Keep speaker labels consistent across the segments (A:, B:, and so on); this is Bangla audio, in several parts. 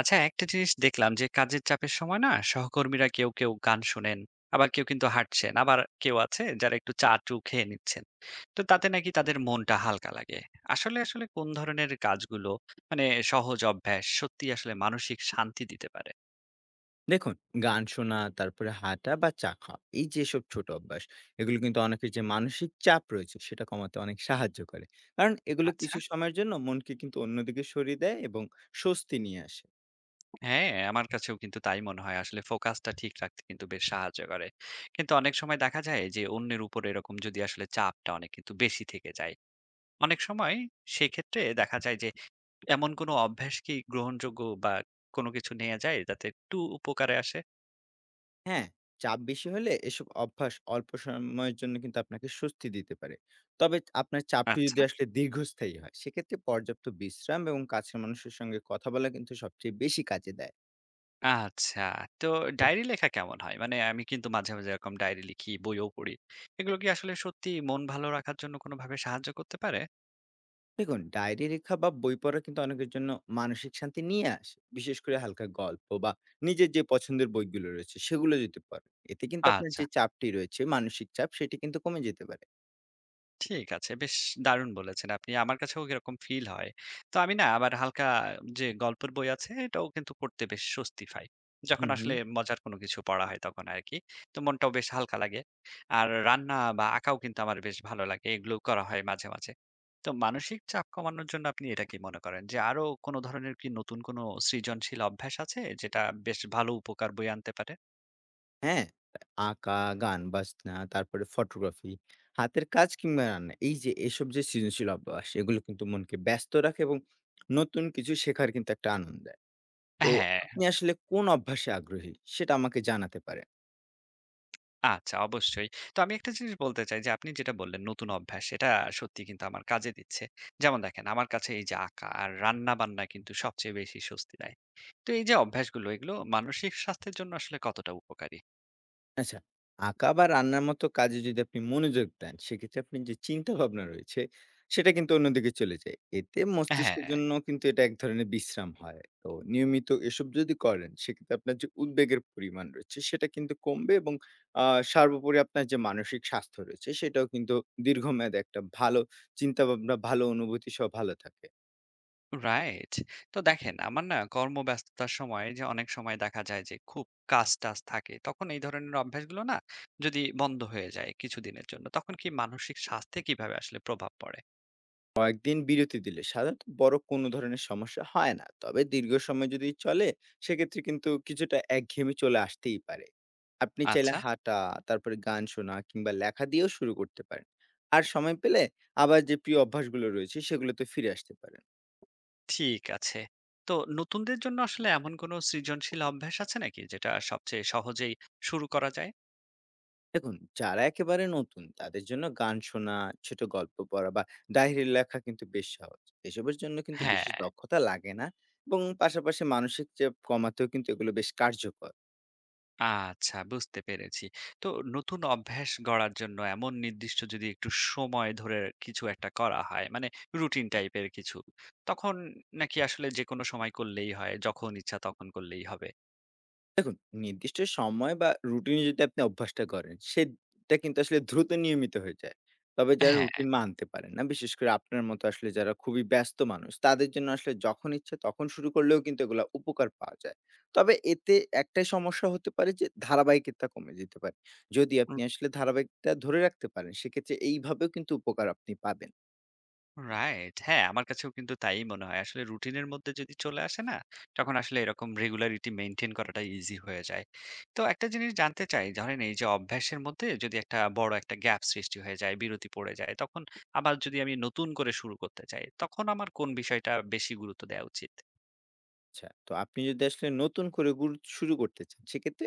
A: আচ্ছা, একটা জিনিস দেখলাম যে কাজের চাপের সময় না সহকর্মীরা কেউ কেউ গান শোনেন, আবার কেউ কিন্তু হাঁটছেন, আবার কেউ আছে যারা একটু চা চু খেয়ে নিচ্ছেন। তো তাতে নাকি তাদের মনটা হালকা লাগে। আসলে আসলে কোন ধরনের কাজগুলো, মানে সহজ অভ্যাস সত্যি আসলে মানসিক শান্তি দিতে পারে?
B: দেখুন, গান শোনা, তারপরে হাঁটা বা চা খাওয়া, এই যেসব ছোট অভ্যাস, এগুলো কিন্তু অনেকের যে মানসিক চাপ রয়েছে, সেটা কমাতে অনেক সাহায্য করে। কারণ এগুলো
A: আচ্ছা।
B: কিছু সময়ের জন্য মনকে কিন্তু অন্যদিকে সরিয়ে দেয় এবং স্বস্তি নিয়ে আসে।
A: হ্যাঁ, আমার কাছেও কিন্তু তাই মনে হয়। আসলে ফোকাসটা ঠিক রাখতে কিন্তু বেশ সাহায্য করে। কিন্তু অনেক সময় দেখা যায় যে অন্যের উপর এরকম যদি আসলে চাপটা অনেক কিন্তু বেশি থেকে যায় অনেক সময়, সেক্ষেত্রে দেখা যায় যে এমন কোনো অভ্যাস কি গ্রহণযোগ্য বা কোনো কিছু নেয়া যায় যাতে একটু উপকারে আসে?
B: হ্যাঁ, চাপ বেশি হলে এসব অভ্যাস অল্প সময়ের জন্য কিন্তু আপনাকে স্বস্তি দিতে পারে। তবে আপনার চাপটি
A: আচ্ছা,
B: যদি আসলে দীর্ঘস্থায়ী হয়, সেক্ষেত্রে পর্যাপ্ত বিশ্রাম এবং কাছের মানুষের সঙ্গে কথা বলা কিন্তু সবচেয়ে বেশি কাজে দেয়।
A: আচ্ছা। তো ডায়েরি লেখা কেমন হয়? মানে আমি কিন্তু মাঝে, মাঝে এরকম ডায়েরি লিখি, বইও পড়ি। এগুলো কি আসলে সত্যি মন ভালো রাখার জন্য কোনোভাবে সাহায্য করতে পারে?
B: দেখুন ডায়েরি লেখা বা বই পড়া কিন্তু অনেকের জন্য মানসিক শান্তি নিয়ে আসে বিশেষ করে হালকা গল্প বা নিজের যে পছন্দের বইগুলো রয়েছে সেগুলো যদি পড়েন এতে কিন্তু আপনার
A: আচ্ছা।
B: যে চাপটি রয়েছে মানসিক চাপ সেটি কিন্তু কমে যেতে পারে।
A: ঠিক আছে। বেশ দারুণ বলেছেন আপনি। আমার কাছেও এরকম ফিল হয়। তো আমি না আবার হালকা যে গল্পের বই আছে এটাও কিন্তু পড়তে বেশ স্বস্তি পাই। যখন
B: হুম হুম
A: আসলে মজার কোনো কিছু পড়া হয় তখন আরকি। তো মনটাও বেশ হালকা লাগে। আর রান্না বা আঁকাও কিন্তু আমার বেশ ভালো লাগে। এগুলোও করা হয় মাঝে, মাঝে। তো মানসিক চাপ কমানোর জন্য আপনি এটা কি মনে করেন যে আরো কোনো ধরনের কি নতুন কোনো সৃজনশীল অভ্যাস আছে যেটা বেশ ভালো উপকার বয়ে আনতে পারে?
B: হ্যাঁ আঁকা, গান বাজনা, তারপরে ফটোগ্রাফি, হাতের কাজ কিংবা রান্না, এই যে এসব যে সৃজনশীল অভ্যাস, এগুলো কিন্তু মনকে ব্যস্ত রাখে এবং নতুন কিছু শেখার কিন্তু একটা আনন্দ দেয়। তো
A: হ্যাঁ।
B: আপনি আসলে কোন অভ্যাসে আগ্রহী সেটা আমাকে জানাতে পারেন।
A: আচ্ছা, অবশ্যই। তো আমি একটা জিনিস বলতে চাই যে আপনি যেটা বললেন নতুন অভ্যাস, এটা সত্যি কিন্তু আমার কাজে দিচ্ছে। যেমন দেখেন আমার কাছে এই যে আঁকা আর রান্না-বান্না কিন্তু সবচেয়ে বেশি স্বস্তি দেয়। তো এই যে অভ্যাসগুলো, এগুলো মানসিক স্বাস্থ্যের জন্য আসলে কতটা উপকারী?
B: আচ্ছা, আঁকা বা রান্নার মতো কাজে যদি আপনি মনোযোগ দেন, সেক্ষেত্রে আপনি যে চিন্তা ভাবনা রয়েছে, সেটা কিন্তু অন্যদিকে চলে যায়। এতে
A: হ্যাঁ,
B: মস্তিষ্কের জন্য কিন্তু এটা এক ধরনের বিশ্রাম হয়। তো নিয়মিত এসব যদি করেন, সেক্ষেত্রে আপনার যে উদ্বেগের পরিমাণ রয়েছে, সেটা কিন্তু কমবে এবং আ সর্বোপরি আপনার যে মানসিক স্বাস্থ্য রয়েছে, সেটাও কিন্তু দীর্ঘমেয়াদে একটা ভালো চিন্তাভাবনা, ভালো অনুভূতি সহ ভালো থাকে।
A: রাইট। তো দেখেন আমার না কর্মব্যস্ততার সময় যে অনেক সময় দেখা যায় যে খুব কাজ-টাজ থাকে তখন এই ধরনের অভ্যাসগুলো না যদি বন্ধ হয়ে যায় কিছুদিনের জন্য, তখন কি মানসিক স্বাস্থ্যে কিভাবে আসলে প্রভাব পড়ে?
B: কয়েকদিন বিরতি দিলে সাধারণত বড় কোনো ধরনের সমস্যা হয় না, তবে দীর্ঘ সময় যদি চলে, সেক্ষেত্রে কিন্তু কিছুটা একঘেয়েমি চলে আসতেই পারে। আপনি চাইলে
A: আচ্ছা।
B: হাঁটা, তারপরে গান শোনা কিংবা লেখা দিয়েও শুরু করতে পারেন। আর সময় পেলে আবার যে প্রিয় অভ্যাসগুলো রয়েছে সেগুলোতে ফিরে আসতে পারেন।
A: ঠিক আছে। তো নতুনদের জন্য আসলে এমন কোনো সৃজনশীল অভ্যাস আছে নাকি যেটা সবচেয়ে সহজেই শুরু করা যায়?
B: দেখুন, যারা একেবারে নতুন তাদের জন্য গান শোনা, ছোট গল্প পড়া বা ডায়েরি লেখা কিন্তু বেশ সহজ। এসবের জন্য কিন্তু বিশেষ
A: হ্যাঁ,
B: দক্ষতা লাগে না এবং পাশাপাশি মানসিক চাপ কমাতেও কিন্তু এগুলো বেশ কার্যকর।
A: আচ্ছা, বুঝতে পেরেছি। তো নতুন অভ্যাস গড়ার জন্য এমন নির্দিষ্ট যদি একটু সময় ধরে কিছু একটা করা হয়, মানে রুটিন টাইপের কিছু, তখন, নাকি আসলে যেকোনো সময় করলেই হয়, যখন ইচ্ছা তখন করলেই হবে?
B: দেখুন, নির্দিষ্ট সময় বা রুটিন যদি আপনি অভ্যাসটা করেন, সেটা কিন্তু আসলে দ্রুত নিয়মিত হয়ে যায়। তবে যারা
A: হ্যাঁ।
B: রুটিন মানতে পারেন না, বিশেষ করে আপনার মতো আসলে যারা খুবই ব্যস্ত মানুষ, তাদের জন্য আসলে যখন ইচ্ছে তখন শুরু করলেও কিন্তু এগুলা উপকার পাওয়া যায়। তবে এতে একটাই সমস্যা হতে পারে যে ধারাবাহিকতা কমে যেতে পারে। যদি আপনি আসলে ধারাবাহিকতা ধরে রাখতে পারেন, সেক্ষেত্রে এইভাবেও কিন্তু উপকার আপনি পাবেন।
A: রাইট। হ্যাঁ, আমার কাছেও কিন্তু তাই মনে হয়। আসলে রুটিনের মধ্যে যদি চলে আসে না, তখন আসলে এরকম রেগুলারিটি মেইনটেইন করাটা ইজি হয়ে যায়। তো একটা জিনিস জানতে চাই, ধরেন এই যে অভ্যাসের মধ্যে যদি একটা বড় একটা গ্যাপ সৃষ্টি হয়ে যায়, বিরতি পড়ে যায়, তখন আবার যদি আমি নতুন করে শুরু করতে চাই, তখন আমার কোন বিষয়টা বেশি গুরুত্ব দেওয়া উচিত?
B: আচ্ছা, তো আপনি যদি আসলে নতুন করে শুরু করতে চান, সেক্ষেত্রে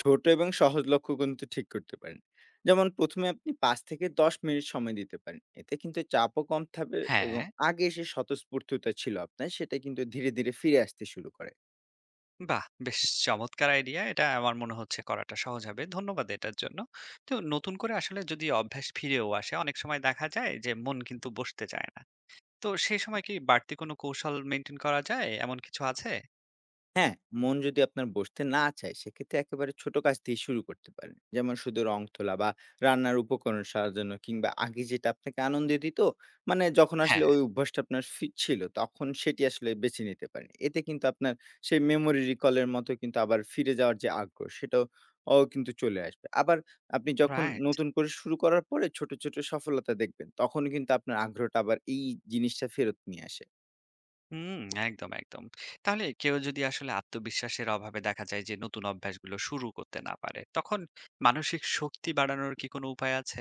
B: ছোট এবং সহজ লক্ষ্য কিন্তু ঠিক করতে পারেন। যেমন ১ম এ আপনি ৫ থেকে ১০ মিনিট সময় দিতে পারেন। এতে কিন্তু চাপও কম থাকবে
A: হ্যাঁ,
B: এবং আগে সে স্বতঃস্ফূর্ততা ছিল আপনার, সেটা কিন্তু ধীরে, ধীরে ফিরে আসতে শুরু করে।
A: বাহ! বেশ চমৎকার আইডিয়া। এটা আমার মনে হচ্ছে করাটা সহজ হবে। ধন্যবাদ এটার জন্য। তো নতুন করে আসলে যদি অভ্যাস ফিরেও আসে, অনেক সময় দেখা যায় যে মন কিন্তু বসতে চায় না। তো সেই সময় কি বাড়তি কোনো কৌশল মেইনটেইন করা যায়? এমন কিছু আছে?
B: হ্যাঁ, মন যদি আপনার বসতে না চায়, সেক্ষেত্রে একেবারে ছোট কাজ দিয়ে শুরু করতে পারেন। যেমন শুধু রং তোলা বা রান্নার উপকরণ সাজানো কিংবা আগে যেটা আপনাকে আনন্দ দিত, মানে যখন আসলে
A: হ্যাঁ।
B: ওই অভ্যাসটা আপনার ফি ছিল, তখন সেটি আসলে বেছে নিতে পারেন। এতে কিন্তু আপনার সেই মেমোরি রিকল এর মতো কিন্তু আবার ফিরে যাওয়ার যে আগ্রহ, সেটাও কিন্তু চলে আসবে। আবার আপনি যখন
A: রাইট।
B: নতুন করে শুরু করার পরে ছোট, ছোট সফলতা দেখবেন, তখন কিন্তু আপনার আগ্রহটা আবার এই জিনিসটা ফেরত নিয়ে আসে।
A: হুম, একদম, একদম। তাহলে কেউ যদি আসলে আত্মবিশ্বাসের অভাবে দেখা যায় যে নতুন অভ্যাসগুলো শুরু করতে না পারে, তখন মানসিক শক্তি বাড়ানোর কি কোনো উপায় আছে?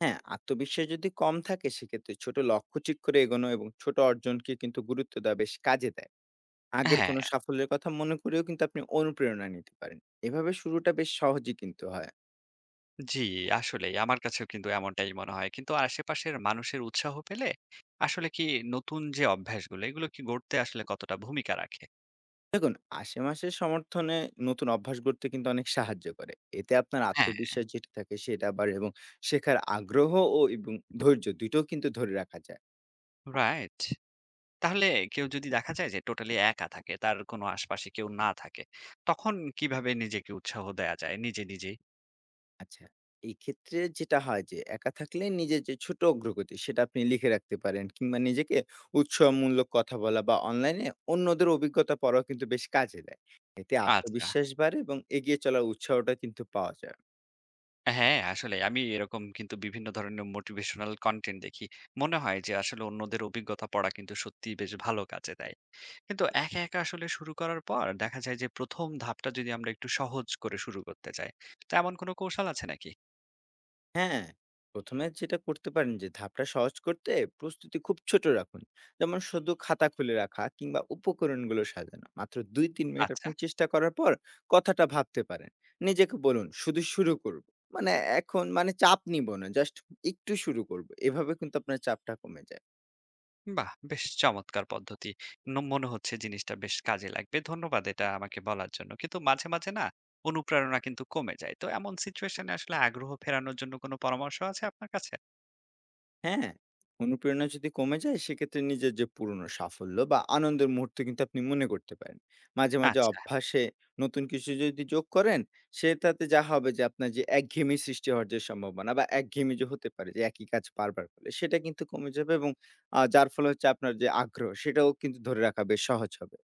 B: হ্যাঁ, আত্মবিশ্বাস যদি কম থাকে সেক্ষেত্রে ছোট লক্ষ্য ঠিক করে এগোনো এবং ছোট অর্জনকে কিন্তু গুরুত্ব দেওয়া বেশ কাজে দেয়। আগের কোনো
A: হ্যাঁ।
B: সাফল্যের কথা মনে করেও কিন্তু আপনি অনুপ্রেরণা নিতে পারেন। এভাবে শুরুটা বেশ সহজই কিন্তু হয়।
A: জি, আসলেই আমার কাছেও কিন্তু এমনটাই মনে হয়। কিন্তু আশেপাশের মানুষের উৎসাহ পেলে আসলে কি নতুন যে অভ্যাসগুলো, এগুলো কি গড়তে আসলে কতটা ভূমিকা রাখে?
B: দেখুন, আশেমাশের সমর্থনে নতুন অভ্যাস গড়তে কিন্তু অনেক সাহায্য করে। এতে আপনার
A: হ্যাঁ।
B: আত্মবিশ্বাস যেটা থাকে সেটা আবার এবং শেখার আগ্রহ ও এবং ধৈর্য ২ টাও কিন্তু ধরে রাখা যায়।
A: রাইট। তাহলে কেউ যদি দেখা যায় যে টোটালি একা থাকে, তার কোনো আশপাশে কেউ না থাকে, তখন কিভাবে নিজেকে উৎসাহ দেয়া যায় নিজে, নিজেই?
B: আচ্ছা। এই ক্ষেত্রে যেটা হয় যে একা থাকলে নিজের যে ছোট অগ্রগতি সেটা আপনি লিখে রাখতে পারেন কিংবা নিজেকে উৎসাহমূলক কথা বলা বা অনলাইনে অন্যদের অভিজ্ঞতা পড়াও কিন্তু বেশ কাজে দেয়। এতে
A: আচ্ছা।
B: আত্মবিশ্বাস বাড়ে এবং এগিয়ে চলার উৎসাহটা কিন্তু পাওয়া যায়।
A: হ্যাঁ, আসলে আমি এরকম কিন্তু বিভিন্ন ধরনের মোটিভেশনাল কনটেন্ট দেখি। মনে হয় যে আসলে অন্যদের অভিজ্ঞতা পড়া কিন্তু সত্যিই বেশ ভালো কাজে দেয়। কিন্তু একা, একা আসলে শুরু করার পর দেখা যায় যে ১ম ধাপটা যদি আমরা একটু সহজ করে শুরু করতে চাই, তো এমন কোনো কৌশল আছে নাকি?
B: হ্যাঁ, ১ম এ যেটা করতে পারেন যে ধাপটা সহজ করতে প্রস্তুতি খুব ছোট রাখুন। যেমন শুধু খাতা খুলে রাখা কিংবা উপকরণগুলো সাজানো। মাত্র ২-৩ মিনিট
A: আচ্ছা।
B: আপনি চেষ্টা করার পর কথাটা ভাবতে পারেন। নিজেকে বলুন, "শুধু শুরু করব।" মানে এখন মানে চাপ নিব না। জাস্ট একটু শুরু করব। এভাবে কিন্তু আপনার চাপটা কমে যায়।
A: বাহ! বেশ চমৎকার পদ্ধতি। ন মনে হচ্ছে জিনিসটা বেশ কাজে লাগবে। ধন্যবাদ এটা আমাকে বলার জন্য। কিন্তু মাঝে, মাঝে না অনুপ্রেরণা কিন্তু কমে যায়। তো এমন সিচুয়েশন এ আসলে আগ্রহ ফেরানোর জন্য কোনো পরামর্শ আছে আপনার কাছে?
B: হ্যাঁ, অনুপ্রেরণা যদি কমে যায় সেক্ষেত্রে নিজের যে পুরনো সাফল্য বা আনন্দের মুহূর্ত কিন্তু আপনি মনে করতে পারেন। মাঝে, মাঝে
A: আচ্ছা।
B: অভ্যাসে নতুন কিছু যদি যোগ করেন সেটাতে যা হবে যে আপনার যে একঘেয়েমি সৃষ্টি হওয়ার যে সম্ভাবনা বা একঘেয়েমি যে হতে পারে যে একই কাজ বারবার করলে সেটা কিন্তু কমে যাবে এবং যার ফলে হচ্ছে আপনার যে আগ্রহ সেটাও কিন্তু ধরে রাখা বেশ সহজ হবে।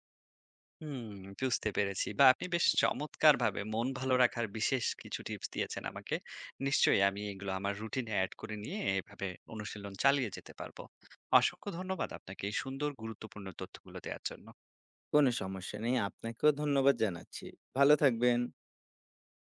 A: হুম, বুঝতে পেরেছি। বা আপনি বেশ চমৎকারভাবে মন ভালো রাখার বিশেষ কিছু টিপস দিয়েছেন আমাকে। নিশ্চয়ই আমি এগুলো আমার রুটিনে এড করে নিয়ে এভাবে অনুশীলন চালিয়ে যেতে পারবো। অসংখ্য ধন্যবাদ আপনাকে এই সুন্দর গুরুত্বপূর্ণ তথ্যগুলো দেওয়ার জন্য।
B: কোনো সমস্যা নেই। আপনাকেও ধন্যবাদ জানাচ্ছি। ভালো থাকবেন।